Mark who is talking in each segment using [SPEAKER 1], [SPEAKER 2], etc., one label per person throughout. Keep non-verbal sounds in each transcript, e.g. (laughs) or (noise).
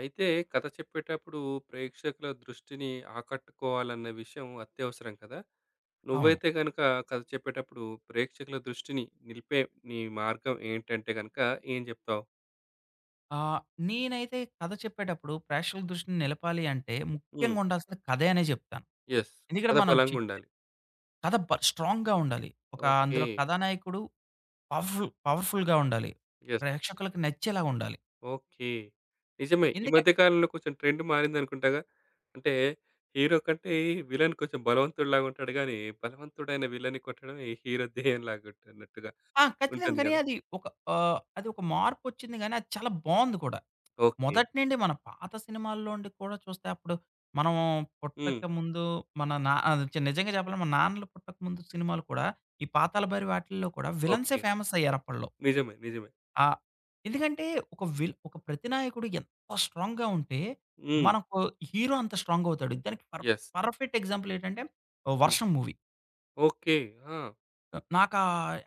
[SPEAKER 1] అయితే కథ చెప్పేటప్పుడు ప్రేక్షకుల దృష్టిని ఆకట్టుకోవాలన్న విషయం అత్యవసరం కదా!
[SPEAKER 2] అవును.
[SPEAKER 1] నువ్వైతే గనుక కథ చెప్పేటప్పుడు ప్రేక్షకుల దృష్టిని నిలిపే నీ మార్గం ఏంటంటే గనుక ఏం జెప్తావు?
[SPEAKER 2] ఆహ్, నేనైతే కథ చెప్పేటప్పుడు ప్రేక్షకుల దృష్టిని నిలపాలి అంటే
[SPEAKER 1] హ్మ్.
[SPEAKER 2] ముఖ్యంగా ఉండాల్సిన కథే అనే చెప్తాను.
[SPEAKER 1] యెస్.
[SPEAKER 2] ఎందుకంటే
[SPEAKER 1] కథ
[SPEAKER 2] మనం చెప్పే
[SPEAKER 1] బలంగుండాలి.
[SPEAKER 2] కథ స్ట్రాంగ్‌గా ఉండాలి. ఒక
[SPEAKER 1] ఓకే.
[SPEAKER 2] అందులో కథానాయకుడు పవర్‌ఫుల్‌గా ఉండాలి.
[SPEAKER 1] యెస్.
[SPEAKER 2] ప్రేక్షకులకు నచ్చేలా ఉండాలి.
[SPEAKER 1] ఓకే. నిజమే. ఈ
[SPEAKER 2] ఎందుక
[SPEAKER 1] మధ్య కాలంలో కొంచెం ట్రెండ్ మారిందనుకుంటాగా? అంటే హీరో కంటే విలన్ కొంచెం బలవంతుడిలాగా ఉంటాడు గానీ, బలవంతుడైన విలన్‌ని కొట్టడం ఈ హీరో ధ్యేయంలాగా ఉంటున్నట్టుగా
[SPEAKER 2] ఆ! ఖచ్చితంగా.
[SPEAKER 1] ఉంటుంది
[SPEAKER 2] కానీ
[SPEAKER 1] గదా!
[SPEAKER 2] అది ఒక మార్పొచ్చింది గానీ అది చాలా బావుంది కూడా.
[SPEAKER 1] ఓకే.
[SPEAKER 2] మొదటి నుండి మన పాత సినిమాల్లోండి కూడా చూస్తే అప్పుడు మనం
[SPEAKER 1] హ్మ్.
[SPEAKER 2] పుట్టక ముందు మన నా అది చి నిజంగా చెప్పాలంటే మన నాన్నలు పుట్టక ముందు సినిమాలు కూడా ఈ పాతాళ భైరవి వాటిల్లో కూడా విలన్సే
[SPEAKER 1] ఓకే.
[SPEAKER 2] ఫేమస్ అయ్యారు అప్పట్లో.
[SPEAKER 1] నిజమే. నిజమే.
[SPEAKER 2] ఆహ్, ఎందుకంటే ఒక ప్రతినాయకుడు ఎంత స్ట్రాంగ్‌గా ఉంటే
[SPEAKER 1] హ్మ్.
[SPEAKER 2] మనకు హీరో అంత స్ట్రాంగ్ అవుతాడు. దానికి
[SPEAKER 1] యెస్.
[SPEAKER 2] పర్ఫెక్ట్ ఎగ్జాంపుల్ ఏంటంటే ఓ
[SPEAKER 1] హ్మ్.
[SPEAKER 2] 'వర్షం' మూవీ.
[SPEAKER 1] ఓకే. ఆ!
[SPEAKER 2] నాకా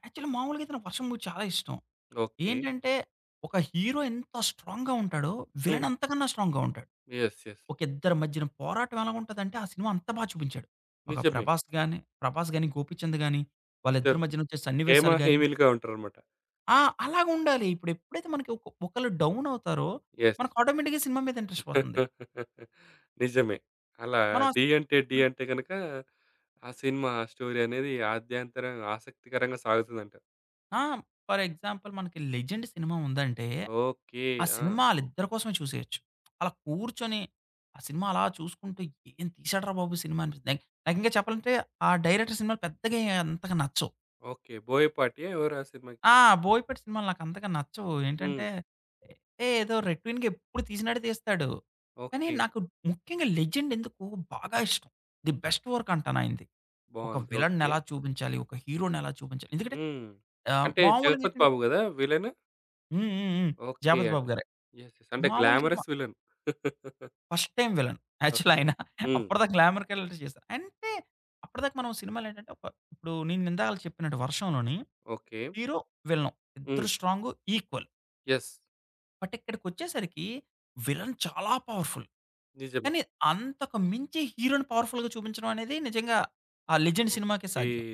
[SPEAKER 2] యాక్చువల్లీ మామూలుగా అయితే నాకు 'వర్షం' మూవీ చాలా ఇష్టం.
[SPEAKER 1] ఓకే.
[SPEAKER 2] ఏంటంటే ఒక హీరో ఎంత స్ట్రాంగ్‌గా ఉంటాడో విలన్
[SPEAKER 1] హ్మ్.
[SPEAKER 2] అంతకన్నా స్ట్రాంగ్‌గా ఉంటాడు.
[SPEAKER 1] యెస్. యెస్.
[SPEAKER 2] ఒక ఇద్దరి మధ్యన పోరాటం ఎలాగుంటదంటే, ఆ సినిమా అంత బా చూపించాడు. ఒక
[SPEAKER 1] నిజమే.
[SPEAKER 2] 'ప్రభాస్' గాని, 'ప్రభాస్' గాని, 'గోపీచంద్' గాని వాళ్ళిద్దరి
[SPEAKER 1] ఇద్దరు
[SPEAKER 2] మధ్యన వచ్చే
[SPEAKER 1] హేమ,
[SPEAKER 2] సన్నివేశాలు గాని
[SPEAKER 1] హేమిలుగా ఉంటారన్నమాట.
[SPEAKER 2] ఆ! అలాగుండాలి. ఇప్పుడు ఎప్పుడైతే మనకి ఒకళ్ళు డౌన్ అవుతారో,
[SPEAKER 1] యెస్.
[SPEAKER 2] మనకు ఆటోమేటిక్‌గా సినిమా మీద ఇంట్రెస్ట్ పోతుంది.
[SPEAKER 1] (laughs) నిజమే. అలా
[SPEAKER 2] మనం ఆ
[SPEAKER 1] 'ఢీ' అంటే 'ఢీ'
[SPEAKER 2] సినిమా
[SPEAKER 1] అంటే గనక ఆ సినిమా స్టోరీ అనేది ఆద్యంతరం ఆసక్తికరంగా సాగుతుందంట.
[SPEAKER 2] ఆ! ఫర్ ఎగ్జాంపుల్ మనకి 'లెజెండ్' సినిమా ఉందంటే,
[SPEAKER 1] ఓకే.
[SPEAKER 2] ఆ
[SPEAKER 1] ఆ!
[SPEAKER 2] సినిమా ఆళ్ళిద్దరి కోసమే చూసేయొచ్చు. అలా కూర్చొని ఆ సినిమా అలా చూసుకుంటూ ఏం తీసాడురా బాబు సినిమా అనిపిస్తుంది. నాకు నాకు ఇంకా చెప్పాలంటే ఆ డైరెక్టర్ సినిమాలు పెద్దగా అంతగా నచ్చవు.
[SPEAKER 1] ఓకే. 'బోయపాటియా' ఎవరు ఆ సినిమాకి?
[SPEAKER 2] ఆ! బోయపాటి సినిమాలు నాకంతగా నచ్చవు.
[SPEAKER 1] హ్మ్.
[SPEAKER 2] ఏంటంటే, ఏదో రొటీన్‌గా ఎప్పుడు తీసినట్టే తీస్తాడు. కానీ
[SPEAKER 1] ఓకే.
[SPEAKER 2] నాకు ముఖ్యంగా 'లెజెండ్' ఎందుకో బాగా ఇష్టం. ది బెస్ట్ వర్క్ అంటాను ఆయనది. ఒక
[SPEAKER 1] బావుంది.
[SPEAKER 2] విలన్‌ని
[SPEAKER 1] ఓకే.
[SPEAKER 2] ఎలా చూపించాలి, ఒక హీరో‌ని ఎలా చూపించాలి. ఎందుకంటే
[SPEAKER 1] హ్మ్. అంటే
[SPEAKER 2] మామూలుగా
[SPEAKER 1] 'జగపతి
[SPEAKER 2] ఏంటంటే
[SPEAKER 1] బాబు' గదా విలన్?
[SPEAKER 2] హ్మ్. హ్మ్. హ్మ్.
[SPEAKER 1] ఓకే.
[SPEAKER 2] 'జగపతి
[SPEAKER 1] అంటే
[SPEAKER 2] బాబు' గారే.
[SPEAKER 1] యెస్. యెస్. అంటే
[SPEAKER 2] మామూలుగా మ
[SPEAKER 1] glamorous villain. (laughs)
[SPEAKER 2] First time villain actual
[SPEAKER 1] okay.
[SPEAKER 2] ఆయన.
[SPEAKER 1] హ్మ్.
[SPEAKER 2] అప్పటిదాకా గ్లామర్ క్యారెక్టర్ చేశారు. అంటే అప్పటిదాకా మనం సినిమాలు ఏంటంటే, ఒక ఇప్పుడు నేను ఇందాకలా చెప్పినట్టు 'వర్షంలోని'
[SPEAKER 1] ఓకే.
[SPEAKER 2] హీరో, విలను
[SPEAKER 1] హ్మ్.
[SPEAKER 2] ఇద్దరు స్ట్రాంగు ఈక్వల్.
[SPEAKER 1] యెస్.
[SPEAKER 2] బట్ ఇక్కడికొచ్చేసరికి విలన్ చాలా పవర్‌ఫుల్.
[SPEAKER 1] నిజమే.
[SPEAKER 2] కానీ అంతకు మించి హీరోని పవర్‌ఫుల్‌గా చూపించడం అనేది నిజంగా ఆ 'లెజెండ్' సినిమాకే
[SPEAKER 1] ఓకే.
[SPEAKER 2] సాధ్యం.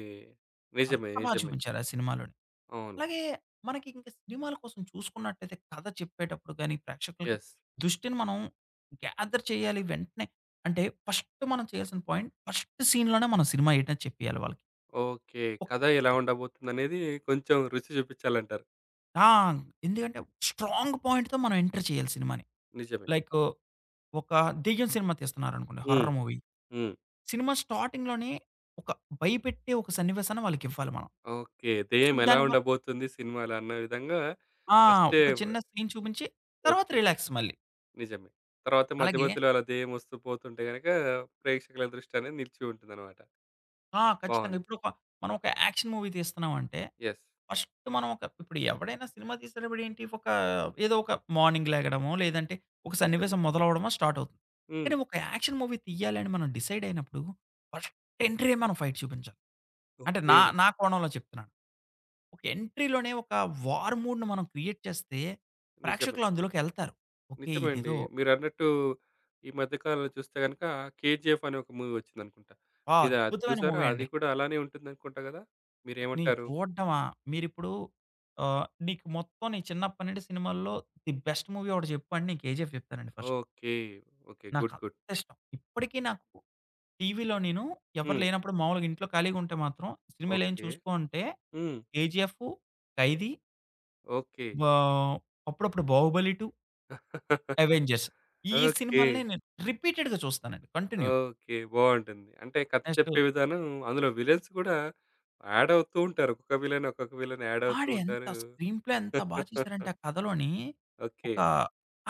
[SPEAKER 1] నిజమే.
[SPEAKER 2] అంత బా
[SPEAKER 1] నిజమే.
[SPEAKER 2] చూపించారు ఆ సినిమాలోని.
[SPEAKER 1] అవును.
[SPEAKER 2] అలాగే మనకి ఇంక సినిమాల కోసం చూసుకున్నట్టయితే కథ చెప్పేటప్పుడు గాని, ప్రేక్షకులకి
[SPEAKER 1] యెస్.
[SPEAKER 2] దృష్టిని మనం గ్యాదర్ చేయాలి వెంటనే. అంటే ఫస్ట్ మనం చేయాల్సిన పాయింట్ ఫస్ట్ సీన్‌లోనే మనం సినిమా ఏంటని చెప్పేయాలి వాళ్ళకి.
[SPEAKER 1] ఓకే. కథ
[SPEAKER 2] ఓకే.
[SPEAKER 1] ఎలా ఉండబోతుందనేది కొంచెం రుచి చూపించాలంటారు.
[SPEAKER 2] ఆ! ఎందుకంటే స్ట్రాంగ్ పాయింట్‌తో మనం ఎంటర్ చేయాలి సినిమాని.
[SPEAKER 1] నిజమే.
[SPEAKER 2] లైకు ఒక దెయ్యం సినిమా తీస్తున్నారనుకోండి
[SPEAKER 1] హ్మ్.
[SPEAKER 2] Horror movie.
[SPEAKER 1] హ్మ్.
[SPEAKER 2] సినిమా స్టార్టింగ్‌లోనే ఒక భయపెట్టే ఒక సన్నివేశాన్ని వాళ్ళకివ్వాలి మనం.
[SPEAKER 1] ఓకే.
[SPEAKER 2] సో,
[SPEAKER 1] దెయ్యం ఎలా
[SPEAKER 2] దానివల్ల
[SPEAKER 1] ఉండబోతుంది సినిమాలో అన్న విధంగా
[SPEAKER 2] ఆ!
[SPEAKER 1] ఫస్టే
[SPEAKER 2] ఒక
[SPEAKER 1] వ
[SPEAKER 2] చిన్న సీన్ చూపించి తర్వాత
[SPEAKER 1] ఓకే.
[SPEAKER 2] రిలాక్స్ మళ్ళీ.
[SPEAKER 1] నిజమే. తర్వాత మధ్య
[SPEAKER 2] అలాగే
[SPEAKER 1] మధ్యలో అలా దెయ్యం వస్తూ పోతుంటే గనక ప్రేక్షకుల దృష్టి అనేది నిలిచి ఉంటుందన్నమాట.
[SPEAKER 2] ఖచ్చితంగా.
[SPEAKER 1] బావుంది.
[SPEAKER 2] మనం ఒక యాక్షన్ మూవీ తీస్తున్నామంటే
[SPEAKER 1] యెస్.
[SPEAKER 2] ఫస్ట్ మనం ఒక ఇప్పుడు ఎవడైనా సినిమా తీసేటప్పుడు ఏంటి ఒక ఏదో ఒక మార్నింగ్ లెగడమో, లేదంటే ఒక
[SPEAKER 1] నిజమే.
[SPEAKER 2] సన్నివేశం మొదలవ్వడమో స్టార్ట్ అవుతుంది.
[SPEAKER 1] హ్మ్.
[SPEAKER 2] కానీ ఒక యాక్షన్ మూవీ తీయాలని మనం డిసైడ్ అయినప్పుడు ఫస్ట్ ఎంట్రీయే మనం ఫైట్ చూపించాలి. అంటే
[SPEAKER 1] ఓకే.
[SPEAKER 2] నా నా కోణంలో చెప్తున్నాను. ఒక ఎంట్రీలోనే ఒక వార్ మూడ్‌ని మనం క్రియేట్ చేస్తే,
[SPEAKER 1] నిజమే.
[SPEAKER 2] ప్రేక్షకులు అందులోకెళ్తారు. ఓకే.
[SPEAKER 1] నిజమే అండి.
[SPEAKER 2] ఇదేదో
[SPEAKER 1] మీరన్నట్టు ఈ మధ్య కాలంలో చూస్తే గనక 'కేజీఎఫ్' అని ఒక మూవీ వచ్చిందనుకుంటా.
[SPEAKER 2] ఆ!
[SPEAKER 1] ఇది అది
[SPEAKER 2] అద్భుతమైన
[SPEAKER 1] చూసారా?
[SPEAKER 2] మూవీ
[SPEAKER 1] అది
[SPEAKER 2] అండి.
[SPEAKER 1] కూడా అలానే ఉంటుందనుకుంటా గదా!
[SPEAKER 2] నేను
[SPEAKER 1] మీరేమంటారు?
[SPEAKER 2] చూడడమా మీరిప్పుడు ఆహ్, నీకు మొత్తం నీ చిన్నప్పటి నుండి సినిమాల్లో ది బెస్ట్ మూవీ ఒకటి చెప్పు అంటే నేను 'కేజీఎఫ్' చెప్తానండి ఫస్ట్.
[SPEAKER 1] ఓకే. ఓకే. గుడ్.
[SPEAKER 2] నాకంత
[SPEAKER 1] గుడ్.
[SPEAKER 2] ఇష్టం. ఇప్పటికీ నాకు టీవీలో నేను ఎవరు
[SPEAKER 1] హ్మ్.
[SPEAKER 2] లేనప్పుడు మామూలుగా ఇంట్లో ఖాళీగా ఉంటే మాత్రం సినిమాలు ఏం
[SPEAKER 1] ఓకే.
[SPEAKER 2] చూసుకో అంటే
[SPEAKER 1] హ్మ్.
[SPEAKER 2] 'KGF', 'Khaidi',
[SPEAKER 1] okay.
[SPEAKER 2] ఆహ్, అప్పుడప్పుడు 'బాహుబలి 2',
[SPEAKER 1] (laughs)
[SPEAKER 2] 'అవెంజర్స్' ఈ
[SPEAKER 1] ఓకే.
[SPEAKER 2] సినిమాలనే నేను రిపీటెడ్‌గా చూస్తానండి. కంటిన్యూ.
[SPEAKER 1] ఓకే. బావుంటుంది. అంటే కథ
[SPEAKER 2] నెక్స్ట్
[SPEAKER 1] చెప్పే విధానం అందులో విలన్స్ గూడా యాడ్ అవుతూ ఉంటారు. ఒక్కొక్క విలన్, ఒక్కొక్క విలన్ యాడ్ అవుతూ
[SPEAKER 2] ఆడెంత
[SPEAKER 1] ఉంటారు.
[SPEAKER 2] స్క్రీన్ ప్లే ఎంత బా
[SPEAKER 1] (laughs)
[SPEAKER 2] చేశారంటే ఆ కథలోని
[SPEAKER 1] ఓకే.
[SPEAKER 2] ఒక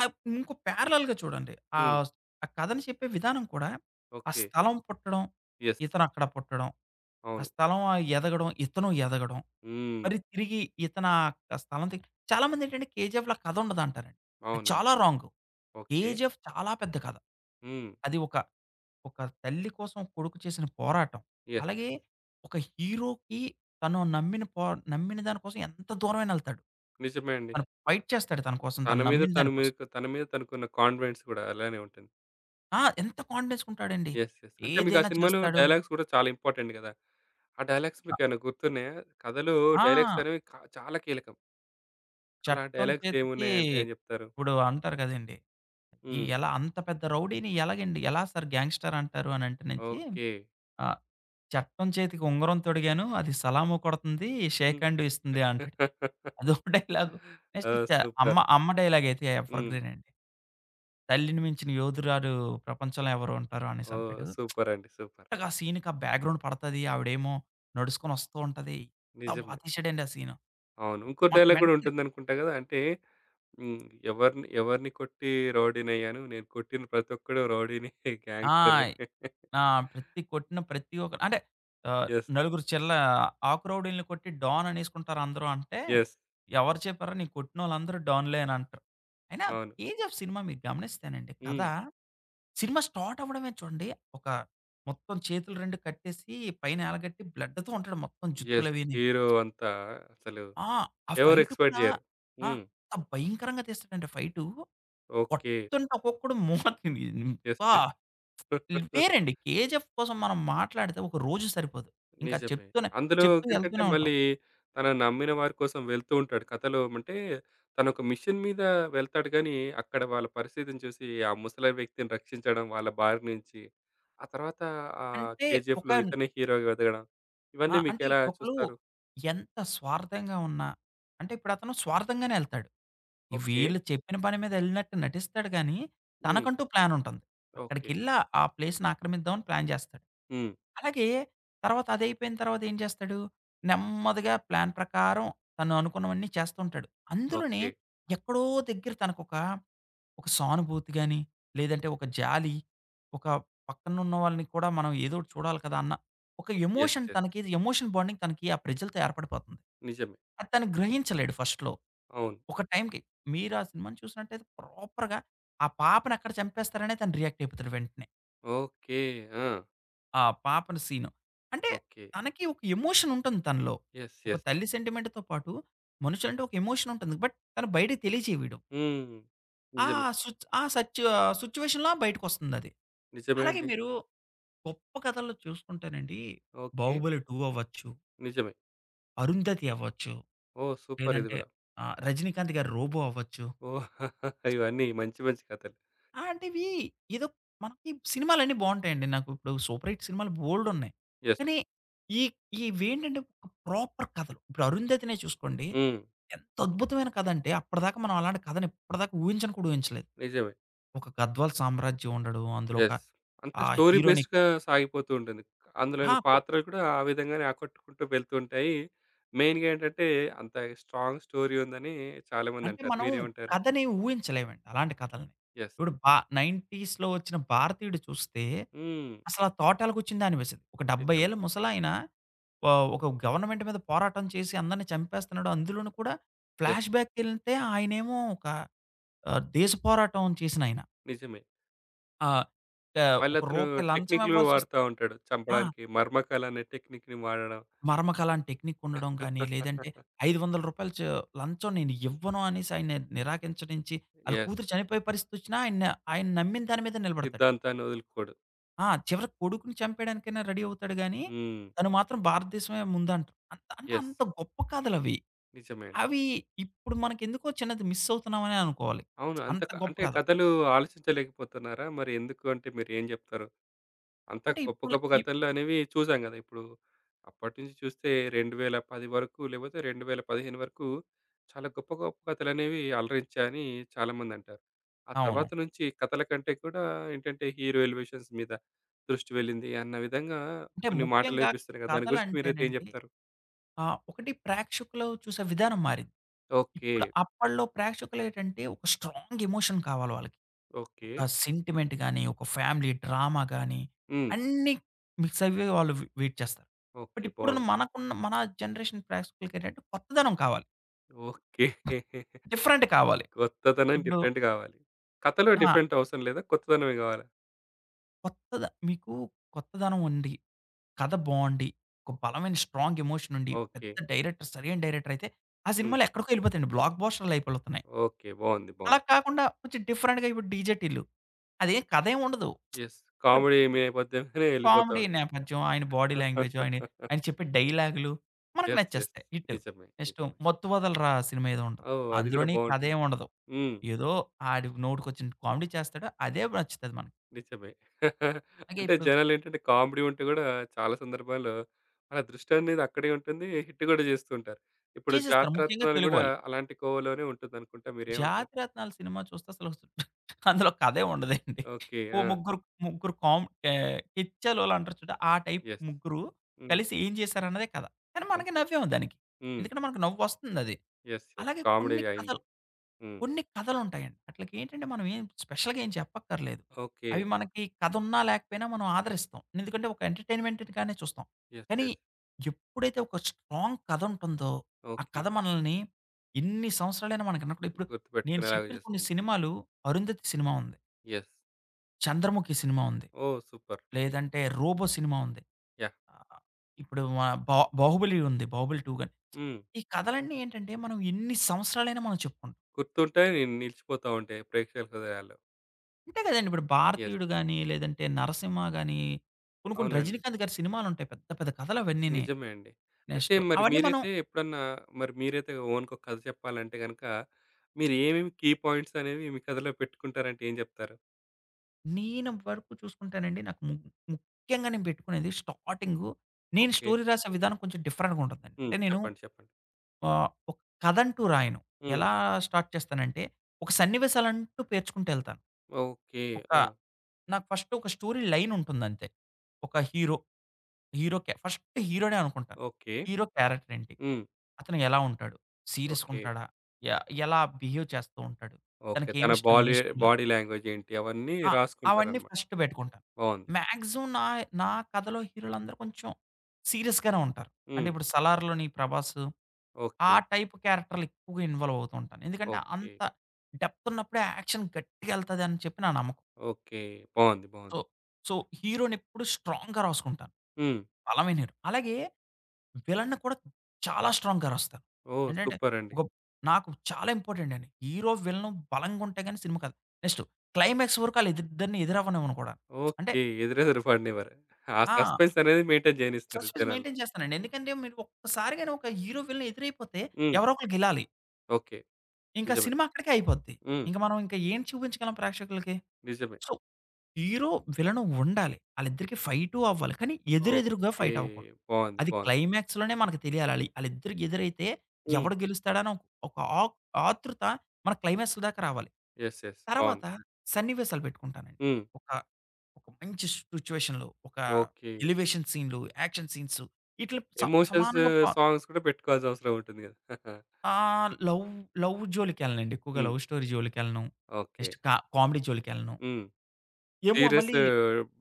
[SPEAKER 2] ఆహ్, ఇంకో ప్యారలల్‌గా చూడండి.
[SPEAKER 1] హ్మ్.
[SPEAKER 2] ఆ కథని చెప్పే విధానం కూడా ఆ
[SPEAKER 1] ఓకే.
[SPEAKER 2] స్థలం పుట్టడం,
[SPEAKER 1] యెస్.
[SPEAKER 2] ఇతను అక్కడ పుట్టడం, ఆ
[SPEAKER 1] అవును.
[SPEAKER 2] స్థలం ఎదగడం, ఇతను ఎదగడం.
[SPEAKER 1] హ్మ్.
[SPEAKER 2] మరి తిరిగి ఇతను ఆ స్థలం దిగ్ చాలామందేంటంటే 'కేజీఎఫ్‌లో' కథ ఉండదంటారండి. అది
[SPEAKER 1] అవునండి.
[SPEAKER 2] చాలా రాంగ్.
[SPEAKER 1] ఓకే.
[SPEAKER 2] 'కేజీఎఫ్' చాలా పెద్ద కథ.
[SPEAKER 1] హ్మ్.
[SPEAKER 2] అది ఒక ఒక తల్లి కోసం కొడుకు చేసిన పోరాటం.
[SPEAKER 1] యెస్.
[SPEAKER 2] అలాగే
[SPEAKER 1] యెస్.
[SPEAKER 2] ఒక హీరోకి తను నమ్మిన పో నమ్మిన దాని కోసం ఎంత దూరమైనా ఎళ్తాడు.
[SPEAKER 1] నిజమే అండి.
[SPEAKER 2] తను ఫైట్ చేస్తాడు తన కోసం. తను నమ్మిన దాని కోసం.
[SPEAKER 1] తన మీద తనకున్న కాన్ఫిడెన్స్ కూడా అలానే ఉంటుంది.
[SPEAKER 2] ఆ! ఎంత కాన్ఫిడెన్స్‌గా ఉంటాడండి.
[SPEAKER 1] యెస్. యెస్. అంటే మీకు ఆ
[SPEAKER 2] ఏదైనా
[SPEAKER 1] సినిమాలో
[SPEAKER 2] చేస్తాడు.
[SPEAKER 1] డైలాగ్స్ కూడా చాలా ఇంపార్టెంట్ గదా! ఆ డైలాగ్స్ మీకేమైనా గుర్తున్నాయా? కథలో
[SPEAKER 2] ఆ!
[SPEAKER 1] డైలాగ్స్ అనేవి చాలా కీలకం. అలా
[SPEAKER 2] చట్టం
[SPEAKER 1] డైలాగ్స్
[SPEAKER 2] చేతికి
[SPEAKER 1] ఏమున్నాయంటే ఏం జెప్తారు?
[SPEAKER 2] ఇప్పుడు అంటారు కదండీ! ఈ
[SPEAKER 1] హ్మ్.
[SPEAKER 2] ఎలా అంత పెద్ద రౌడీని ఎలాగండి ఎలా సార్ గ్యాంగ్‌స్టర్ అంటారు అనంటే నుంచి
[SPEAKER 1] ఓకే.
[SPEAKER 2] ఆహ్, చట్టం చేతికి ఉంగరం తొడిగాను. అది సలాము కొడుతుంది. షేక్
[SPEAKER 1] హ్మ్.
[SPEAKER 2] హ్యాండ్ ఇస్తుంది అంటాడు.
[SPEAKER 1] (laughs)
[SPEAKER 2] అదొక (laughs) డైలాగు.
[SPEAKER 1] ఆ!
[SPEAKER 2] నెక్స్ట్ ఇక అమ్మ,
[SPEAKER 1] సూపర్.
[SPEAKER 2] అమ్మ డైలాగయితే
[SPEAKER 1] హ్మ్.
[SPEAKER 2] ఎవర్‌గ్రీన్ అండి. "తల్లిని మించిన యోధురాలు ప్రపంచంలో ఎవరు ఉంటారు"
[SPEAKER 1] ఓహ్!
[SPEAKER 2] అనేసంటాడు.
[SPEAKER 1] సూపర్ అండి. సూపర్.
[SPEAKER 2] కరెక్ట్‌గా ఆ సీన్‌కి ఆ బ్యాక్‌గ్రౌండ్ పడతది. ఆవిడేమో నడుచుకొనొస్తూ ఉంటది. ఎంత బా
[SPEAKER 1] నిజమే.
[SPEAKER 2] తీశాడండి ఆ సీను.
[SPEAKER 1] అవును. ఇంకో
[SPEAKER 2] మనం
[SPEAKER 1] డైలాగ్ గూడా
[SPEAKER 2] వెంటనే
[SPEAKER 1] ఉంటుందనుకుంటా గదా! అంటే హ్మ్. ఎవరిని ఎవరిని కొట్టి రౌడీనయ్యాను. నేను కొట్టిన ప్రతి ఒక్కడు రౌడీనే, (laughs)
[SPEAKER 2] ఆ!
[SPEAKER 1] గ్యాంగ్‌స్టరే.
[SPEAKER 2] ఆ! కొట్టిన ప్రతి ఒక్క అంటే ఆహ్,
[SPEAKER 1] యెస్.
[SPEAKER 2] నలుగురు ఆకురౌడీలని కొట్టి డాన్ అనేసుకుంటారు అందరూ అంటే,
[SPEAKER 1] యెస్. (laughs)
[SPEAKER 2] "ఎవరు చెప్పారా? నేను కొట్టినోళ్ళందరూ డాన్‌లే" అని అంటారు. అయినా
[SPEAKER 1] అవును.
[SPEAKER 2] 'కేజీఎఫ్' సినిమా మీరు గమనిస్తేనండి కథ
[SPEAKER 1] హ్మ్.
[SPEAKER 2] సినిమా స్టార్ట్ అవ్వడమే చూడండి. ఒక మొత్తం చేతులు 2 కట్టేసి పైన ఎలగట్టి బ్లడ్‌తో ఉంటాడు మొత్తం
[SPEAKER 1] యెస్.
[SPEAKER 2] జుత్తులవిని.
[SPEAKER 1] హీరో అంతా అసలు
[SPEAKER 2] ఆ! ఆ
[SPEAKER 1] ఎవరు
[SPEAKER 2] ఫైట్
[SPEAKER 1] ఎక్స్‌పెక్ట్
[SPEAKER 2] కూడా
[SPEAKER 1] జేయరు.
[SPEAKER 2] ఆ!
[SPEAKER 1] హ్మ్.
[SPEAKER 2] అంత భయంకరంగా తీస్తాడండి ఫైటు.
[SPEAKER 1] ఓకే.
[SPEAKER 2] కొడుతుంటే ఒక్కొక్కడు మూలకి
[SPEAKER 1] యెస్.
[SPEAKER 2] అబ్బా!
[SPEAKER 1] యెస్. (laughs)
[SPEAKER 2] వేరండి. 'కేజీఎఫ్' కోసం మనం మాట్లాడితే ఒక రోజు సరిపోదు. ఇంకా
[SPEAKER 1] నిజమే.
[SPEAKER 2] చెప్తూనే
[SPEAKER 1] అందులో
[SPEAKER 2] చెప్తూ
[SPEAKER 1] ఏంటంటే
[SPEAKER 2] ఎళ్తూనే ఉంటాం.
[SPEAKER 1] మళ్ళీ తను నమ్మిన వారి కోసం వెళ్తూ ఉంటాడు కథలో. అంటే తనొక మిషన్ మీద వెళ్తాడు గానీ, అక్కడ వాళ్ళ పరిస్థితిని చూసి ఆ ముసలి వ్యక్తిని రక్షించడం వాళ్ళ బారి నుంచి. ఆ తర్వాత
[SPEAKER 2] అంటే ఒక
[SPEAKER 1] 'కేజీఎఫ్‌లో' ఇతనే హీరోగా ఎదగడం.
[SPEAKER 2] ఆ!
[SPEAKER 1] ఇవన్నీ
[SPEAKER 2] అంటే
[SPEAKER 1] మీకెలా
[SPEAKER 2] ఒకళ్ళు
[SPEAKER 1] చూస్తారు?
[SPEAKER 2] ఎంత స్వార్థంగా ఉన్నా అంటే ఇప్పుడతను స్వార్థంగానే ఎళ్తాడు.
[SPEAKER 1] ఓకే.
[SPEAKER 2] వీళ్ళు చెప్పిన పని మీద ఎళ్ళినట్టు నటిస్తాడు గానీ,
[SPEAKER 1] హ్మ్.
[SPEAKER 2] తనకంటూ ప్లానుంటంది.
[SPEAKER 1] ఓకే.
[SPEAKER 2] అక్కడికెళ్ళి ఆ ప్లేస్‌ని ఆక్రమిద్దామని ప్లాన్ జేస్తాడు.
[SPEAKER 1] హ్మ్.
[SPEAKER 2] అలాగే తర్వాత అదయిపోయిన తర్వాత ఏం చేస్తాడు, నెమ్మదిగా ప్లాన్ ప్రకారం తను అనుకున్నవన్నీ చేస్తుంటాడు. అందులోనే
[SPEAKER 1] ఓకే.
[SPEAKER 2] ఎక్కడో దగ్గర తనకొక, ఒక ఒక సానుభూతి గాని, లేదంటే ఒక జాలి, ఒక పక్కనున్న వాళ్ళని కూడా మనం ఏదో ఒకటి చూడాలి కదా! అన్న ఒక
[SPEAKER 1] యెస్.
[SPEAKER 2] Emotion
[SPEAKER 1] yes.
[SPEAKER 2] తనకి ఎమోషన్ బాండింగ్ తనకి ఆ ప్రజలతో ఏర్పడిపోతుంది.
[SPEAKER 1] నిజమే.
[SPEAKER 2] అది తను గ్రహించలేడు ఫస్ట్‌లో.
[SPEAKER 1] అవును.
[SPEAKER 2] ఒక టైంకి మీరు ఆ సినిమాని చూసినట్టయితే ప్రాపర్‌గా ఆ పాపని ఎక్కడ చంపేస్తారనే తను రియాక్ట్ అయిపోతాడు వెంటనే.
[SPEAKER 1] ఓకే. ఆ!
[SPEAKER 2] ఆ పాపని సీను. అంటే
[SPEAKER 1] ఓకే.
[SPEAKER 2] తనకి ఒక ఎమోషన్ ఉంటుంది తనలో.
[SPEAKER 1] యెస్.
[SPEAKER 2] ఒక
[SPEAKER 1] యెస్.
[SPEAKER 2] తల్లి సెంటిమెంట్‌తో పాటు మనుషులంటే ఒక ఎమోషన్ ఉంటుంది. బట్ తను బయటకి తెలియజేయడు.
[SPEAKER 1] హ్మ్.
[SPEAKER 2] ఆ
[SPEAKER 1] నిజమే.
[SPEAKER 2] సిచ్ ఆ సచ్ సిట్యుయేషన్‌లో బయటకొస్తుందది.
[SPEAKER 1] నిజమే
[SPEAKER 2] అలాగే
[SPEAKER 1] అండి.
[SPEAKER 2] మీరు గొప్ప కథల్లో చూసుకుంటేనండి
[SPEAKER 1] ఓకే.
[SPEAKER 2] 'బాహుబలి 2' అవ్వచ్చు,
[SPEAKER 1] నిజమే.
[SPEAKER 2] 'అరుంధతి' అవ్వచ్చు,
[SPEAKER 1] ఓహ్! సూపర్ ఇది
[SPEAKER 2] లేదంటే
[SPEAKER 1] గూడా.
[SPEAKER 2] 'రజనీకాంత్' గారి 'రోబో' అవ్వచ్చు.
[SPEAKER 1] ఓహ్! (laughs) ఇవన్నీ మంచి మంచి కథలు.
[SPEAKER 2] అంటే ఇవి ఏదో మనకి సినిమాలన్నీ బావుంటాయండి. నాకు ఇప్పుడు సూపర్ హిట్ సినిమాలు బోలెడున్నాయి.
[SPEAKER 1] యెస్.
[SPEAKER 2] కానీ ఈ ఇవేంటంటే ఒక ప్రాపర్ కథలు. ఇప్పుడు 'అరుంధతినే' చూసుకోండి.
[SPEAKER 1] హ్మ్.
[SPEAKER 2] ఎంత అద్భుతమైన కథ అంటే అప్పటిదాకా మనం అలాంటి కథని ఇప్పటిదాకా ఊహించను కూడా ఊహించలేదు.
[SPEAKER 1] నిజమే.
[SPEAKER 2] ఒక గద్వాల సామ్రాజ్యం ఉండడం. అందులో ఒక
[SPEAKER 1] యెస్. అంతా స్టోరీ
[SPEAKER 2] హీరోయిని
[SPEAKER 1] బేస్డ్‌గా
[SPEAKER 2] క్యారెక్టర్.
[SPEAKER 1] సాగిపోతూ ఉంటుంది.
[SPEAKER 2] ఆ!
[SPEAKER 1] అందులోని
[SPEAKER 2] కొ
[SPEAKER 1] పాత్రలు కూడా ఆ విధంగానే ఆకట్టుకుంటూ వెళ్తూ ఉంటాయి. మెయిన్‌గా ఏంటంటే అంత స్ట్రాంగ్ స్టోరీ ఉందని చాలామంది
[SPEAKER 2] అంటే
[SPEAKER 1] అంటారు.
[SPEAKER 2] మనం
[SPEAKER 1] మీరేమంటారు?
[SPEAKER 2] కథని ఊహించలేమండి అలాంటి కథల్ని.
[SPEAKER 1] యెస్.
[SPEAKER 2] ఇప్పుడు బా 90స్‌లో వచ్చిన 'భారతీయుడు' చూస్తే
[SPEAKER 1] హ్మ్.
[SPEAKER 2] అసల తోటేలాగొచ్చిందా అనిపిస్తది. ఒక 70
[SPEAKER 1] నిజమే.
[SPEAKER 2] ఏళ్ల ముసలాయన ఒక గవర్నమెంట్ మీద పోరాటం చేసి అందరిని చంపేస్తున్నాడు. అందులోను కూడా
[SPEAKER 1] యెస్.
[SPEAKER 2] ఫ్లాష్ బ్యాక్‌కెళ్తే ఆయనేమో ఒక దేశ పోరాటం చేసినాయన.
[SPEAKER 1] నిజమే.
[SPEAKER 2] ఆహ్, ఆహ్,
[SPEAKER 1] మళ్ళీ
[SPEAKER 2] ఒక
[SPEAKER 1] అతను
[SPEAKER 2] రూపాయి లంచం
[SPEAKER 1] టెక్నిక్‌లు
[SPEAKER 2] ఇవ్వాల్సొస్
[SPEAKER 1] వాడుతా ఉంటాడు.
[SPEAKER 2] ఆ!
[SPEAKER 1] చంపడానికి మర్మకాల అనే టెక్నిక్‌ని వాడడం.
[SPEAKER 2] మరమకలాంటి టెక్నిక్ ఉండడం గాని, లేదంటే రూ.
[SPEAKER 1] (laughs)
[SPEAKER 2] 500 లంచం నేను ఇవ్వను అనేసి ఆయన నిరాకరించడించి, ఆళ్ళ
[SPEAKER 1] యెస్.
[SPEAKER 2] కూతురు చనిపోయే పరిస్థితొచ్చినా ఆయన ఆయన నమ్మిన దాని మీద నిలబడతాడు.
[SPEAKER 1] సిద్ధాంతాన్ని వదులుకోడు.
[SPEAKER 2] ఆ! చివరికి కొడుకుని చంపేయడానికైనా రెడీ అవుతాడు గానీ,
[SPEAKER 1] హ్మ్.
[SPEAKER 2] తను మాత్రం భారతదేశమే ముందంటారు. అంత అంటే
[SPEAKER 1] యెస్.
[SPEAKER 2] అంత గొప్ప కథలవి.
[SPEAKER 1] నిజమే.
[SPEAKER 2] అవి ఇప్పుడు మనకెందుకో చిన్నది మిస్ అవుతున్నామనే అనుకోవాలి.
[SPEAKER 1] అవును. అంత
[SPEAKER 2] అంత గొప్ప
[SPEAKER 1] అంటే
[SPEAKER 2] కథ.
[SPEAKER 1] కథలు ఆలోచించలేకపోతున్నారా? మరి ఎందుకు అంటే మీరేం జెప్తారు? అంత
[SPEAKER 2] అంటే
[SPEAKER 1] గొప్ప,
[SPEAKER 2] ఇప్పుడు
[SPEAKER 1] గొప్ప
[SPEAKER 2] ఇప్
[SPEAKER 1] కథలు అనేవి చూసాం గదా! ఇప్పుడు అప్పటి నుంచి చూస్తే 2010 వరకు లేకపోతే 2015 వరకు చాలా గొప్ప, గొప్ప కథలనేవి అలరించాయని చాలామందంటారు. ఆ
[SPEAKER 2] అవును.
[SPEAKER 1] తర్వాత నుంచి కథల కంటే కూడా ఏంటంటే హీరో ఎలివేషన్స్ మీద దృష్టి వెళ్ళింది అన్న విధంగా
[SPEAKER 2] అంటే
[SPEAKER 1] కొన్ని మాటలు
[SPEAKER 2] ముఖ్యంగా
[SPEAKER 1] వినిపిస్తున్నాయి గదా! దాని గురించి మీరైతే ఏం
[SPEAKER 2] కథలంటేనండి
[SPEAKER 1] జెప్తారు?
[SPEAKER 2] ఒకటి ప్రేక్షకులు చూసే విధానం మారింది.
[SPEAKER 1] ఓకే.
[SPEAKER 2] ఇప్పుడు అప్పట్లో ప్రేక్షకులేటంటే ఒక స్ట్రాంగ్ ఎమోషన్ కావాలి వాళ్ళకి.
[SPEAKER 1] ఓకే.
[SPEAKER 2] ఒక సెంటిమెంట్ గాని, ఒక ఫ్యామిలీ డ్రామా గాని
[SPEAKER 1] హ్మ్.
[SPEAKER 2] అన్నీ మిక్స్ అయ్యి వాళ్ళు వెయిట్ చేస్తారు. But
[SPEAKER 1] okay.
[SPEAKER 2] ఇప్పుడున్న
[SPEAKER 1] బావుంది.
[SPEAKER 2] మనకున్న మన జనరేషన్ ప్రేక్షకులకేంటంటే కొత్తదనం కావాలి.
[SPEAKER 1] ఓకే.
[SPEAKER 2] డిఫరెంట్ కావాలి.
[SPEAKER 1] కొత్తదనం
[SPEAKER 2] ఇప్పుడు
[SPEAKER 1] డిఫరెంట్ గావాలి. కథలో
[SPEAKER 2] ఆ!
[SPEAKER 1] డిఫరెంట్ అవసరం లేదా? కొత్తదనమే గావాలా?
[SPEAKER 2] కొత్తద మీకు కొత్తదనం ఉంది. కథ బావుండి, ఒక స్ట్రాంగ్ ఎమోషన్ ఉండి,
[SPEAKER 1] ఓకే.
[SPEAKER 2] పెద్ద డైరెక్టర్ సరైన డైరెక్టర్ అయితే, ఆ
[SPEAKER 1] హ్మ్.
[SPEAKER 2] సినిమాలు ఎక్కడికో ఎళ్ళిపోతాయండి. బ్లాక్ బస్టర్‌లు అయిపోతున్నాయి.
[SPEAKER 1] ఓకే. బావుంది.
[SPEAKER 2] అలా
[SPEAKER 1] బావుంది.
[SPEAKER 2] కాకుండా కొంచెం డిఫరెంట్‌గా ఇప్పుడు 'డీజే టిల్లు.' అదేం కథ ఏమి ఉండదు.
[SPEAKER 1] యెస్.
[SPEAKER 2] ఒక
[SPEAKER 1] కామెడీ మీ నేపథ్యంగానే ఎళ్ళిపోతా
[SPEAKER 2] కామెడీ
[SPEAKER 1] ఉం
[SPEAKER 2] నేపథ్యం, ఆయన
[SPEAKER 1] యెస్. యెస్.
[SPEAKER 2] బాడీ లాంగ్వేజ్, ఆయన
[SPEAKER 1] (laughs)
[SPEAKER 2] ఆయన చెప్పే డైలాగులు మనకు నచ్చేస్తాయి. హిట్.
[SPEAKER 1] నిజమే. నిజమే.
[SPEAKER 2] నెక్స్ట్ 'మత్తు వదలరా' సినిమా ఏదో ఉంటుంది.
[SPEAKER 1] ఓహ్! అది గూడా
[SPEAKER 2] అందులోని కథ
[SPEAKER 1] బావుంటుంది.
[SPEAKER 2] ఏమి ఉండదు.
[SPEAKER 1] హ్మ్.
[SPEAKER 2] ఏదో ఆడి నోటికొచ్చిన కామెడీ చేస్తాడు. అదే నచ్చుతది మనకి.
[SPEAKER 1] నిజమే. (laughs)
[SPEAKER 2] అలాగే
[SPEAKER 1] అంటే
[SPEAKER 2] ఇప్పుడు
[SPEAKER 1] జనాలేంటంటే కామెడీ ఉంటే గూడా చాలా సందర్భాల్లో వాళ్ళ దృష్టనేది అక్కడే ఉంటుంది. హిట్ గూడా జేస్తూ ఉంటారు. ఇప్పుడు
[SPEAKER 2] చేసేస్తారు ముఖ్యంగా
[SPEAKER 1] 'జాతరత్నాలు'
[SPEAKER 2] తెలుగు
[SPEAKER 1] గూడా
[SPEAKER 2] వాళ్ళు.
[SPEAKER 1] అలాంటి కోవలోనే ఉంటుందనుకుంటా. మీరేమంటారు?
[SPEAKER 2] 'జాతిరత్నాలు' సినిమా చూస్తే అసలు అందులో కథే ఉండదండి.
[SPEAKER 1] ఓకే.
[SPEAKER 2] ఓ
[SPEAKER 1] ఆ!
[SPEAKER 2] ముగ్గురు, కిచ్చాలోళ్ళు అంటారు చూడు ఆ టైప్
[SPEAKER 1] యెస్.
[SPEAKER 2] ముగ్గురు
[SPEAKER 1] హ్మ్.
[SPEAKER 2] కలిసి ఏం చేశారన్నదే కథ. కానీ మనకి
[SPEAKER 1] అంతే.
[SPEAKER 2] నవ్వాము దానికి.
[SPEAKER 1] హ్మ్.
[SPEAKER 2] ఎందుకంటే మనకు నవ్వొస్తుందది.
[SPEAKER 1] యెస్. యెస్.
[SPEAKER 2] అలాగే
[SPEAKER 1] కామెడీ
[SPEAKER 2] కొన్ని
[SPEAKER 1] అయింది.
[SPEAKER 2] కథలు
[SPEAKER 1] హ్మ్.
[SPEAKER 2] కొన్ని కథలుంటాయండి. అట్లకి ఏంటంటే మనం ఏం స్పెషల్‌గా ఏం చెప్పక్కర్లేదు.
[SPEAKER 1] ఓకే.
[SPEAKER 2] అవి మనకి కథ ఉన్నా లేకపోయినా మనం ఆదరిస్తాం. ఎందుకంటే ఒక ఎంటర్‌టైన్‌మెంట్‌గానే చూస్తాం.
[SPEAKER 1] యెస్.
[SPEAKER 2] కానీ
[SPEAKER 1] యెస్.
[SPEAKER 2] ఎప్పుడైతే ఒక స్ట్రాంగ్ కథ ఉంటుందో, ఆ
[SPEAKER 1] ఓకే.
[SPEAKER 2] కథ మనల్ని ఎన్ని సంవత్సరాలైనా మనకు వినకుండా ఇప్పుడు నేను
[SPEAKER 1] గుర్తుపెట్టుకునేలాగా
[SPEAKER 2] చెప్పిన కొన్ని
[SPEAKER 1] చేస్తుంది.
[SPEAKER 2] సినిమాలు 'అరుంధతి' సినిమా ఉంది.
[SPEAKER 1] యెస్.
[SPEAKER 2] 'చంద్రముఖి' సినిమా ఉంది.
[SPEAKER 1] ఓహ్! సూపర్.
[SPEAKER 2] లేదంటే 'రోబో' సినిమా ఉంది.
[SPEAKER 1] యాహ్!
[SPEAKER 2] ఆహ్, ఇప్పుడు మా బా 'బాహుబలి' ఉంది. 'బాహుబలి 2' గాని.
[SPEAKER 1] హ్మ్.
[SPEAKER 2] ఈ కథలన్నీ ఏంటంటే మనం ఎన్ని సంవత్సరాలైనా మనం చెప్పుకుంటాం.
[SPEAKER 1] గుర్తుంటే నేను నిలిచిపోతా ఉంటాయి ప్రేక్షకుల హృదయాల్లో.
[SPEAKER 2] అంతే కదండీ. ఇప్పుడు
[SPEAKER 1] యెస్.
[SPEAKER 2] 'భారతీయుడు' గాని, లేదంటే 'నరసింహ' గాని, కొన్ని కొన్ని
[SPEAKER 1] అవునండి.
[SPEAKER 2] 'రజనీకాంత్' గారి సినిమాలుంటాయి. పెద్ద పెద్ద కథలవన్నీని.
[SPEAKER 1] నిజమే అండి. అయితే
[SPEAKER 2] నెక్స్ట్
[SPEAKER 1] మరి
[SPEAKER 2] అవన్నీ మనం
[SPEAKER 1] మీరైతే ఎప్పుడన్నా మరి మీరైతే ఓన్‌గా ఒక కథ చెప్పాలంటే గనక మీరు ఏమేమి కీ పాయింట్స్ అనేవి మీ కథలో పెట్టుకుంటారంటే ఏం చెప్తారు?
[SPEAKER 2] నేను వరకు చూసుకుంటానండి. నాకు ము ముఖ్యంగా నేను పెట్టుకునేది స్టార్టింగు నేను
[SPEAKER 1] ఓకే.
[SPEAKER 2] స్టోరీ రాసే విధానం కొంచెం డిఫరెంట్‌గుంటుందండి.
[SPEAKER 1] హ్మ్.
[SPEAKER 2] అంటే నేను
[SPEAKER 1] చెప్పండి. చెప్పండి.
[SPEAKER 2] ఒక కథంటూ రాయను.
[SPEAKER 1] హ్మ్.
[SPEAKER 2] ఎలా స్టార్ట్ చేస్తానంటే, ఒక సన్నివేశాలంటూ పేర్చుకుంటూ ఎళ్తాను.
[SPEAKER 1] ఓకే.
[SPEAKER 2] ఒక
[SPEAKER 1] ఆ!
[SPEAKER 2] నాకు ఫస్ట్ ఒక స్టోరీ లైనుంటుందంతే. ఒక హీరో, హీరో క్యా ఫస్ట్ హీరోనే అనుకుంటాను.
[SPEAKER 1] ఓకే.
[SPEAKER 2] హీరో క్యారెక్టరేంటి?
[SPEAKER 1] హ్మ్.
[SPEAKER 2] అతను ఎలా ఉంటాడు? సీరియస్‌గా
[SPEAKER 1] ఓకే.
[SPEAKER 2] ఉంటాడా? ఎ ఎలా బిహేవ్ చేస్తూ ఉంటాడు?
[SPEAKER 1] ఓకే.
[SPEAKER 2] తనకేమి
[SPEAKER 1] తన
[SPEAKER 2] ఇష్టం? ఏమి
[SPEAKER 1] బాలీ
[SPEAKER 2] ఇష్టం లేదు?
[SPEAKER 1] బాడీ లాంగ్వేజ్ ఏంటి? అవన్నీ
[SPEAKER 2] ఆ! అవన్నీ
[SPEAKER 1] రాసుకుంటారన్నమాట.
[SPEAKER 2] ఫస్ట్ పెట్టుకుంటాను.
[SPEAKER 1] బావుంది.
[SPEAKER 2] మాక్సిమం నా నా కథలో హీరోలందరూ కొంచెం సీరియస్‌గానే ఉంటారు. అంటే
[SPEAKER 1] హ్మ్.
[SPEAKER 2] ఇప్పుడు 'సలార్‌లోని' 'ప్రభాస్' ఆ
[SPEAKER 1] ఓకే.
[SPEAKER 2] టైప్ క్యారెక్టర్‌లు ఎక్కువగా ఇన్వాల్వ్ అవుతూ ఉంటాను. ఎందుకంటే
[SPEAKER 1] ఓకే.
[SPEAKER 2] అంత డెప్త్ ఉన్నప్పుడే యాక్షన్ గట్టిగా ఎళ్తదని చెప్పి నా నమ్మకం.
[SPEAKER 1] ఓకే. బావుంది.
[SPEAKER 2] సో,
[SPEAKER 1] బావుంది.
[SPEAKER 2] సో, హీరో‌నెప్పుడు స్ట్రాంగ్‌గా రాసుకుంటాను.
[SPEAKER 1] హ్మ్.
[SPEAKER 2] బలమైన హీరో. అలాగే విలన్‌ని కూడా చాలా స్ట్రాంగ్‌గా రాస్తారు.
[SPEAKER 1] ఓహ్!
[SPEAKER 2] ఏంటంటే,
[SPEAKER 1] సూపరండి.
[SPEAKER 2] ఒక నాకు చాలా ఇంపార్టెంట్ అండి. హీరో, విలను బలంగుంటే గాని సినిమా కాదు. నెక్స్ట్ క్లైమాక్స్ వరకు ఆళ్ళిద్దరిని ఎదురవ్వనివ్వను కూడా. అంటే
[SPEAKER 1] ఓకే. ఎదురెదురు పడనివ్వరు. ఆ
[SPEAKER 2] ఆ!
[SPEAKER 1] సస్పెన్స్ అనేది మెయింటైన్ జేయనిస్తారు
[SPEAKER 2] సస్పెన్స్
[SPEAKER 1] జనాలు.
[SPEAKER 2] మెయింటైన్ చేస్తానండి. ఎందుకంటే, మీరు ఒక్కసారిగాని ఒక హీరో, విలన్ ఎదురైపోతే
[SPEAKER 1] హ్మ్.
[SPEAKER 2] ఎవరో ఒకళ్ళు గెలాలి.
[SPEAKER 1] ఓకే.
[SPEAKER 2] ఇంకా
[SPEAKER 1] నిజమే.
[SPEAKER 2] సినిమా అక్కడికే అయిపోద్ది.
[SPEAKER 1] హ్మ్.
[SPEAKER 2] మనం ఇంక ఏం చూపించగలం ప్రేక్షకులకి?
[SPEAKER 1] నిజమే.
[SPEAKER 2] సో హీరో, విలను ఉండాలి. ఆళ్ళిద్దరికీ ఫైటు అవ్వాలి. కానీ ఎదురెదురుగా
[SPEAKER 1] ఓకే.
[SPEAKER 2] ఫైట్ అవ్వకూడదు.
[SPEAKER 1] బావుంది.
[SPEAKER 2] అది
[SPEAKER 1] బావుంది.
[SPEAKER 2] క్లైమాక్స్‌లోనే మనకు తెలియాలి. ఆళ్ళిద్దరికి ఎదురైతే
[SPEAKER 1] హ్మ్.
[SPEAKER 2] ఎవడు గెలుస్తాడని ఒక ఒక ఆక్ ఆతృత మన క్లైమాక్స్ దాకా రావాలి.
[SPEAKER 1] యెస్. యెస్.
[SPEAKER 2] తర్వాత
[SPEAKER 1] బావుంది.
[SPEAKER 2] సన్నివేశాలు పెట్టుకుంటానండి.
[SPEAKER 1] హ్మ్.
[SPEAKER 2] ఒక ఒక మంచి సిట్యుయేషన్‌లు, ఒక
[SPEAKER 1] ఓకే.
[SPEAKER 2] ఎలివేషన్ సీన్‌లు, యాక్షన్ సీన్స్ ఇట్లా స
[SPEAKER 1] ఎమోషన్స్
[SPEAKER 2] సమానంగా ప
[SPEAKER 1] సాంగ్స్ కూడా పెట్టుకోవాల్సిన అవసరం ఉంటుంది గదా! హ్మ్. (laughs)
[SPEAKER 2] ఆహ్, లవ్ లవ్ జోలికెళ్ళనండి. ఎక్కువగా లవ్ స్టోరీ జోలికెళ్ళను.
[SPEAKER 1] ఓకే.
[SPEAKER 2] నెక్స్ట్ కా కామెడీ జోలికెళ్ళను.
[SPEAKER 1] హ్మ్.
[SPEAKER 2] ఏమో
[SPEAKER 1] సీరియస్
[SPEAKER 2] మళ్ళీ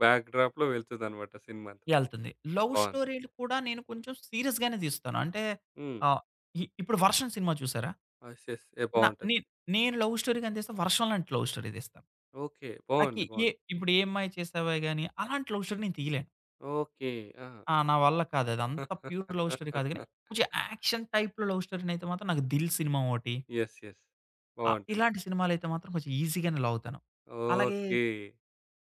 [SPEAKER 1] బ్యాక్ డ్రాప్‌లో వెళ్తుందనమాట సినిమా అంతా.
[SPEAKER 2] ఎళ్తుంది. లవ్
[SPEAKER 1] బావుంది.
[SPEAKER 2] స్టోరీలు కూడా నేను కొంచెం సీరియస్‌గానే తీస్తాను. అంటే
[SPEAKER 1] హ్మ్.
[SPEAKER 2] ఆహ్, ఇ ఇప్పుడు 'వర్షం' సినిమా చూసారా?
[SPEAKER 1] యెస్. యెస్. ఏ
[SPEAKER 2] న
[SPEAKER 1] బావుంటది.
[SPEAKER 2] నే నేను లవ్ స్టోరీ గాని తీస్తా, 'వర్షం' లాంటి లవ్ స్టోరీ తీస్తాను.
[SPEAKER 1] ఓకే.
[SPEAKER 2] నాకి
[SPEAKER 1] బావుంది.
[SPEAKER 2] ఏ
[SPEAKER 1] బావుంది.
[SPEAKER 2] ఇప్పుడు 'ఏ అమ్మాయి చేసావే' గాని అలాంటి లవ్ స్టోరీ నేను తీయలేను.
[SPEAKER 1] ఓకే. ఆ!
[SPEAKER 2] నా వల్ల కాదు. అది అంత ప్యూర్ లవ్ స్టోరీ కాదు గాని,
[SPEAKER 1] (laughs)
[SPEAKER 2] కొంచెం యాక్షన్ టైప్‌లో లవ్ స్టోరీనైతే మాత్రం నాకు 'దిల్' సినిమా ఒకటి.
[SPEAKER 1] యెస్. యెస్. బావుంటుంది.
[SPEAKER 2] ఇలాంటి సినిమాలైతే మాత్రం కొంచెం ఈజీగానే లవ్ అవుతాను.
[SPEAKER 1] (laughs)
[SPEAKER 2] అలాగే
[SPEAKER 1] ఓకే.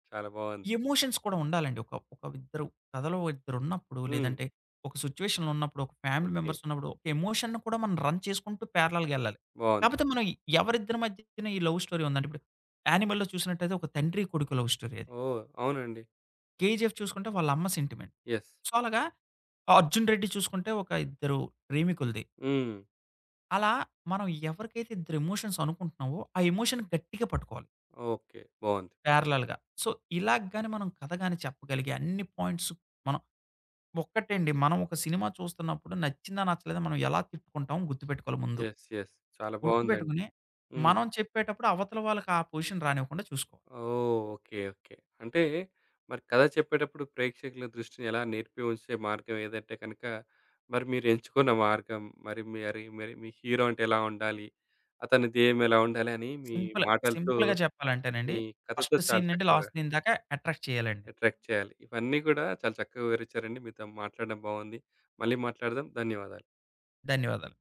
[SPEAKER 1] చాలా బావుంది.
[SPEAKER 2] ఎమోషన్స్ కూడా ఉండాలండి. ఒక ఒక ఇద్దరు కథలో ఇద్దరున్నప్పుడు
[SPEAKER 1] హ్మ్.
[SPEAKER 2] లేదంటే ఒక సిట్యుయేషన్‌లో ఉన్నప్పుడు, ఒక ఫ్యామిలీ
[SPEAKER 1] ఓకే.
[SPEAKER 2] మెంబర్స్ ఉన్నప్పుడు ఒక ఎమోషన్‌ని కూడా మనం రన్ చేసుకుంటూ ప్యారలెల్‌గా ఎళ్ళాలి.
[SPEAKER 1] బావుంది.
[SPEAKER 2] కాపోతే మనం ఎవరిద్దరి మధ్యన ఈ లవ్ స్టోరీ ఉందంటే ఇప్పుడు 'యానిమల్‌లో' చూసినట్టయితే ఒక తండ్రి కొడుకు లవ్ స్టోరీ అది.
[SPEAKER 1] ఓహ్! అవునండి.
[SPEAKER 2] 'కేజీఎఫ్' చూసుకుంటే వాళ్ళ అమ్మ సెంటిమెంట్.
[SPEAKER 1] యెస్.
[SPEAKER 2] సో, అలాగా 'అర్జున్ రెడ్డి' చూసుకుంటే ఒక ఇద్దరు ప్రేమికులది.
[SPEAKER 1] హ్మ్.
[SPEAKER 2] అలా మనం ఎవరికైతే ఇద్దరు ఎమోషన్స్ అనుకుంటున్నామో ఆ ఎమోషన్ గట్టిగా పట్టుకోవాలి
[SPEAKER 1] ఓకే. బావుంది.
[SPEAKER 2] ప్యారలెల్‌గా. సో, ఇలాగ గాని మనం కథ గాని చెప్పగలిగి అన్ని పాయింట్స్ మనం ఒక్కటండి. మనం ఒక సినిమా చూస్తున్నప్పుడు నచ్చిందా? నచ్చలేదా? మనం ఎలా తిట్టుకుంటాం గుర్తుపెట్టుకోవాలి ముందు.
[SPEAKER 1] యెస్. యెస్. చాలా బావుందండి.
[SPEAKER 2] గుర్తుపెట్టుకొని
[SPEAKER 1] హ్మ్.
[SPEAKER 2] మనం చెప్పేటప్పుడు అవతల వాళ్ళకి ఆ పొజిషన్ రానివ్వకుండా చూసుకోవాలి.
[SPEAKER 1] ఓహ్! ఓకే. ఓకే. అంటే మరి కథ చెప్పేటప్పుడు ప్రేక్షకుల దృష్టిని ఎలా నిలిపి ఉంచే మార్గం ఏదంటే కనుక, మరి మీరు ఎంచుకున్న మార్గం, మరి మరి మరి మీ హీరో అంటే ఎలా ఉండాలి? అతని ధ్యేయం ఎలా ఉండాలి? అని మీ
[SPEAKER 2] సింపుల్.
[SPEAKER 1] మాటలతో,
[SPEAKER 2] సింపుల్‌గా చెప్పాలంటేనండి
[SPEAKER 1] మీ కథతో
[SPEAKER 2] ఫస్ట్
[SPEAKER 1] చాలా
[SPEAKER 2] సీన్ నుండి
[SPEAKER 1] చక్కగా
[SPEAKER 2] లాస్ట్ సీన్ దాకా అట్రాక్ట్ చేయాలండి.
[SPEAKER 1] అట్రాక్ట్ చేయాలి. ఇవన్నీ కూడా చాలా చక్కగా వివరించారండి. మీతో మాట్లాడడం బాగుంది. మళ్ళీ మాట్లాడదాం. ధన్యవాదాలు.
[SPEAKER 2] ధన్యవాదాలు.